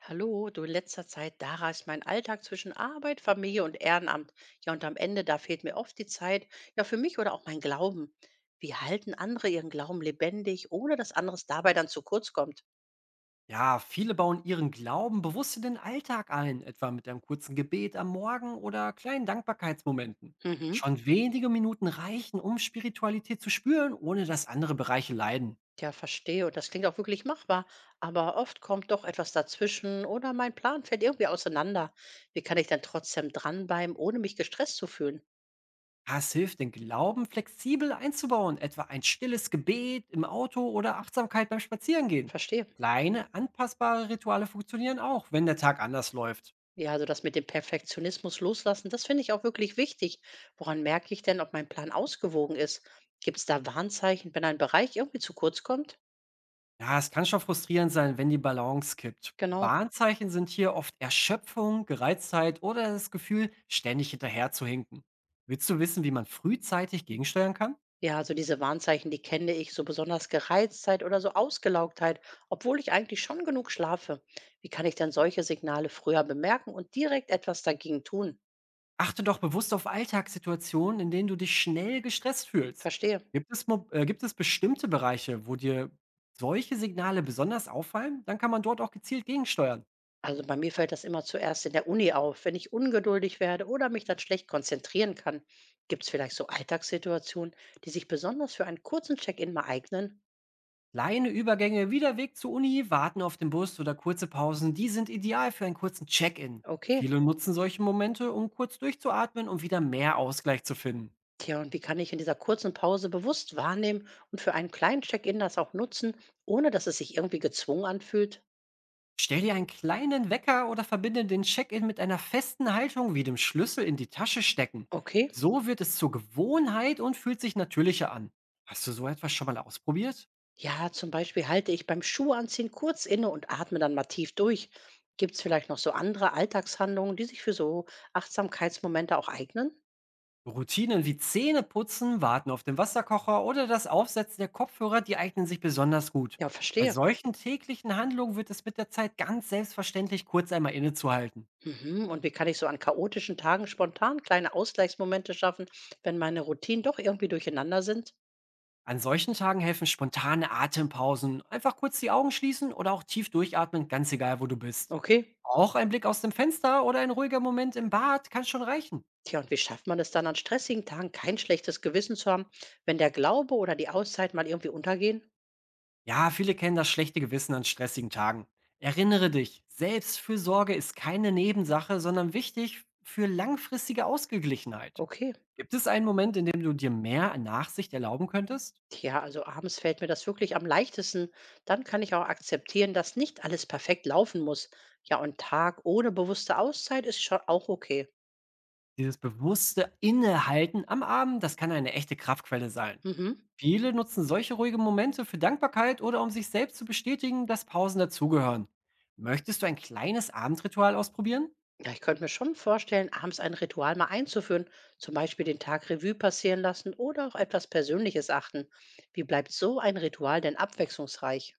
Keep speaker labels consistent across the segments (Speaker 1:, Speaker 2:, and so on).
Speaker 1: Hallo, du in letzter Zeit, da reißt mein Alltag zwischen Arbeit, Familie und Ehrenamt. Ja, und am Ende, da fehlt mir oft die Zeit, ja, für mich oder auch mein Glauben. Wie halten andere ihren Glauben lebendig, ohne dass anderes dabei dann zu kurz kommt?
Speaker 2: Ja, viele bauen ihren Glauben bewusst in den Alltag ein, etwa mit einem kurzen Gebet am Morgen oder kleinen Dankbarkeitsmomenten.
Speaker 1: Mhm.
Speaker 2: Schon wenige Minuten reichen, um Spiritualität zu spüren, ohne dass andere Bereiche leiden.
Speaker 1: Ja, verstehe. Und das klingt auch wirklich machbar. Aber oft kommt doch etwas dazwischen oder mein Plan fällt irgendwie auseinander. Wie kann ich dann trotzdem dranbleiben, ohne mich gestresst zu fühlen?
Speaker 2: Das hilft, den Glauben flexibel einzubauen, etwa ein stilles Gebet im Auto oder Achtsamkeit beim Spazierengehen.
Speaker 1: Verstehe.
Speaker 2: Kleine, anpassbare Rituale funktionieren auch, wenn der Tag anders läuft.
Speaker 1: Ja, also das mit dem Perfektionismus loslassen, das finde ich auch wirklich wichtig. Woran merke ich denn, ob mein Plan ausgewogen ist? Gibt es da Warnzeichen, wenn ein Bereich irgendwie zu kurz kommt?
Speaker 2: Ja, es kann schon frustrierend sein, wenn die Balance kippt.
Speaker 1: Genau.
Speaker 2: Warnzeichen sind hier oft Erschöpfung, Gereiztheit oder das Gefühl, ständig hinterher zu hinken. Willst du wissen, wie man frühzeitig gegensteuern kann?
Speaker 1: Ja, also diese Warnzeichen, die kenne ich, so besonders Gereiztheit oder so Ausgelaugtheit, obwohl ich eigentlich schon genug schlafe. Wie kann ich denn solche Signale früher bemerken und direkt etwas dagegen tun?
Speaker 2: Achte doch bewusst auf Alltagssituationen, in denen du dich schnell gestresst fühlst.
Speaker 1: Verstehe.
Speaker 2: Gibt es, gibt es bestimmte Bereiche, wo dir solche Signale besonders auffallen? Dann kann man dort auch gezielt gegensteuern.
Speaker 1: Also bei mir fällt das immer zuerst in der Uni auf, wenn ich ungeduldig werde oder mich dann schlecht konzentrieren kann. Gibt es vielleicht so Alltagssituationen, die sich besonders für einen kurzen Check-in mal eignen?
Speaker 2: Kleine Übergänge wie der Weg zur Uni, Warten auf den Bus oder kurze Pausen, die sind ideal für einen kurzen Check-in.
Speaker 1: Okay.
Speaker 2: Viele nutzen solche Momente, um kurz durchzuatmen und wieder mehr Ausgleich zu finden.
Speaker 1: Tja, und wie kann ich in dieser kurzen Pause bewusst wahrnehmen und für einen kleinen Check-in das auch nutzen, ohne dass es sich irgendwie gezwungen anfühlt?
Speaker 2: Stell dir einen kleinen Wecker oder verbinde den Check-in mit einer festen Haltung wie dem Schlüssel in die Tasche stecken.
Speaker 1: Okay.
Speaker 2: So wird es zur Gewohnheit und fühlt sich natürlicher an. Hast du so etwas schon mal ausprobiert?
Speaker 1: Ja, zum Beispiel halte ich beim Schuhanziehen kurz inne und atme dann mal tief durch. Gibt es vielleicht noch so andere Alltagshandlungen, die sich für so Achtsamkeitsmomente auch eignen?
Speaker 2: Routinen wie Zähneputzen, Warten auf den Wasserkocher oder das Aufsetzen der Kopfhörer, die eignen sich besonders gut.
Speaker 1: Ja,
Speaker 2: Bei
Speaker 1: verstehe.
Speaker 2: solchen täglichen Handlungen wird es mit der Zeit ganz selbstverständlich, kurz einmal innezuhalten.
Speaker 1: Mhm. Und wie kann ich so an chaotischen Tagen spontan kleine Ausgleichsmomente schaffen, wenn meine Routinen doch irgendwie durcheinander sind?
Speaker 2: An solchen Tagen helfen spontane Atempausen, einfach kurz die Augen schließen oder auch tief durchatmen, ganz egal wo du bist.
Speaker 1: Okay.
Speaker 2: Auch ein Blick aus dem Fenster oder ein ruhiger Moment im Bad kann schon reichen.
Speaker 1: Tja, und wie schafft man es dann an stressigen Tagen, kein schlechtes Gewissen zu haben, wenn der Glaube oder die Auszeit mal irgendwie untergehen?
Speaker 2: Ja, viele kennen das schlechte Gewissen an stressigen Tagen. Erinnere dich, Selbstfürsorge ist keine Nebensache, sondern wichtig für langfristige Ausgeglichenheit.
Speaker 1: Okay.
Speaker 2: Gibt es einen Moment, in dem du dir mehr Nachsicht erlauben könntest?
Speaker 1: Tja, also abends fällt mir das wirklich am leichtesten. Dann kann ich auch akzeptieren, dass nicht alles perfekt laufen muss. Ja, und Tag ohne bewusste Auszeit ist schon auch okay.
Speaker 2: Dieses bewusste Innehalten am Abend, das kann eine echte Kraftquelle sein.
Speaker 1: Mhm.
Speaker 2: Viele nutzen solche ruhigen Momente für Dankbarkeit oder um sich selbst zu bestätigen, dass Pausen dazugehören. Möchtest du ein kleines Abendritual ausprobieren?
Speaker 1: Ja, ich könnte mir schon vorstellen, abends ein Ritual mal einzuführen, zum Beispiel den Tag Revue passieren lassen oder auch etwas Persönliches achten. Wie bleibt so ein Ritual denn abwechslungsreich?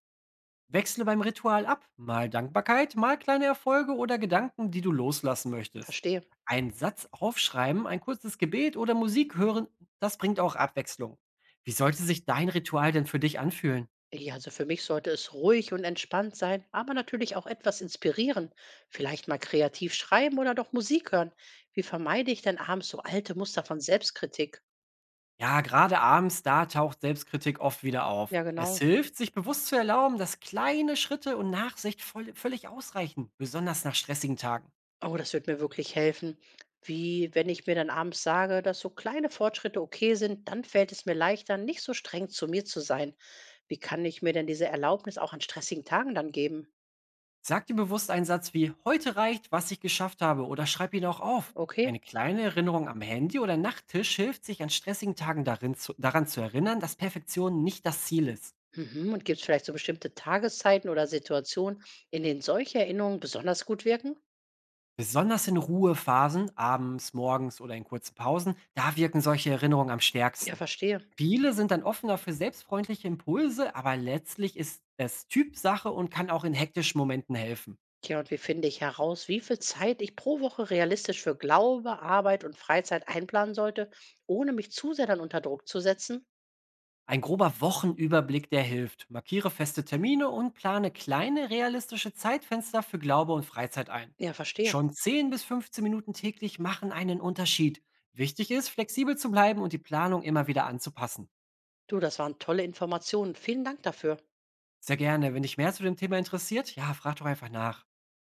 Speaker 2: Wechsle beim Ritual ab, mal Dankbarkeit, mal kleine Erfolge oder Gedanken, die du loslassen möchtest.
Speaker 1: Verstehe.
Speaker 2: Ein Satz aufschreiben, ein kurzes Gebet oder Musik hören, das bringt auch Abwechslung. Wie sollte sich dein Ritual denn für dich anfühlen?
Speaker 1: Ja, also für mich sollte es ruhig und entspannt sein, aber natürlich auch etwas inspirieren. Vielleicht mal kreativ schreiben oder doch Musik hören. Wie vermeide ich denn abends so alte Muster von Selbstkritik?
Speaker 2: Ja, gerade abends, da taucht Selbstkritik oft wieder auf.
Speaker 1: Ja,
Speaker 2: Es
Speaker 1: genau.
Speaker 2: hilft, sich bewusst zu erlauben, dass kleine Schritte und Nachsicht völlig ausreichen, besonders nach stressigen Tagen.
Speaker 1: Oh, das wird mir wirklich helfen. Wie, wenn ich mir dann abends sage, dass so kleine Fortschritte okay sind, dann fällt es mir leichter, nicht so streng zu mir zu sein. Wie kann ich mir denn diese Erlaubnis auch an stressigen Tagen dann geben?
Speaker 2: Sag dir bewusst einen Satz wie heute reicht, was ich geschafft habe oder schreib ihn auch auf.
Speaker 1: Okay.
Speaker 2: Eine kleine Erinnerung am Handy oder Nachttisch hilft sich an stressigen Tagen daran zu erinnern, dass Perfektion nicht das Ziel ist.
Speaker 1: Mhm. Und gibt es vielleicht so bestimmte Tageszeiten oder Situationen, in denen solche Erinnerungen besonders gut wirken?
Speaker 2: Besonders in Ruhephasen, abends, morgens oder in kurzen Pausen, da wirken solche Erinnerungen am
Speaker 1: Ja,
Speaker 2: stärksten.
Speaker 1: verstehe.
Speaker 2: Viele sind dann offener für selbstfreundliche Impulse, aber letztlich ist es Typsache und kann auch in hektischen Momenten helfen.
Speaker 1: Tja, und wie finde ich heraus, wie viel Zeit ich pro Woche realistisch für Glaube, Arbeit und Freizeit einplanen sollte, ohne mich zu sehr dann unter Druck zu setzen?
Speaker 2: Ein grober Wochenüberblick, der hilft. Markiere feste Termine und plane kleine realistische Zeitfenster für Glaube und Freizeit ein.
Speaker 1: Ja, verstehe.
Speaker 2: Schon 10 bis 15 Minuten täglich machen einen Unterschied. Wichtig ist, flexibel zu bleiben und die Planung immer wieder anzupassen.
Speaker 1: Du, das waren tolle Informationen. Vielen Dank dafür.
Speaker 2: Sehr gerne. Wenn dich mehr zu dem Thema interessiert, ja, frag doch einfach nach.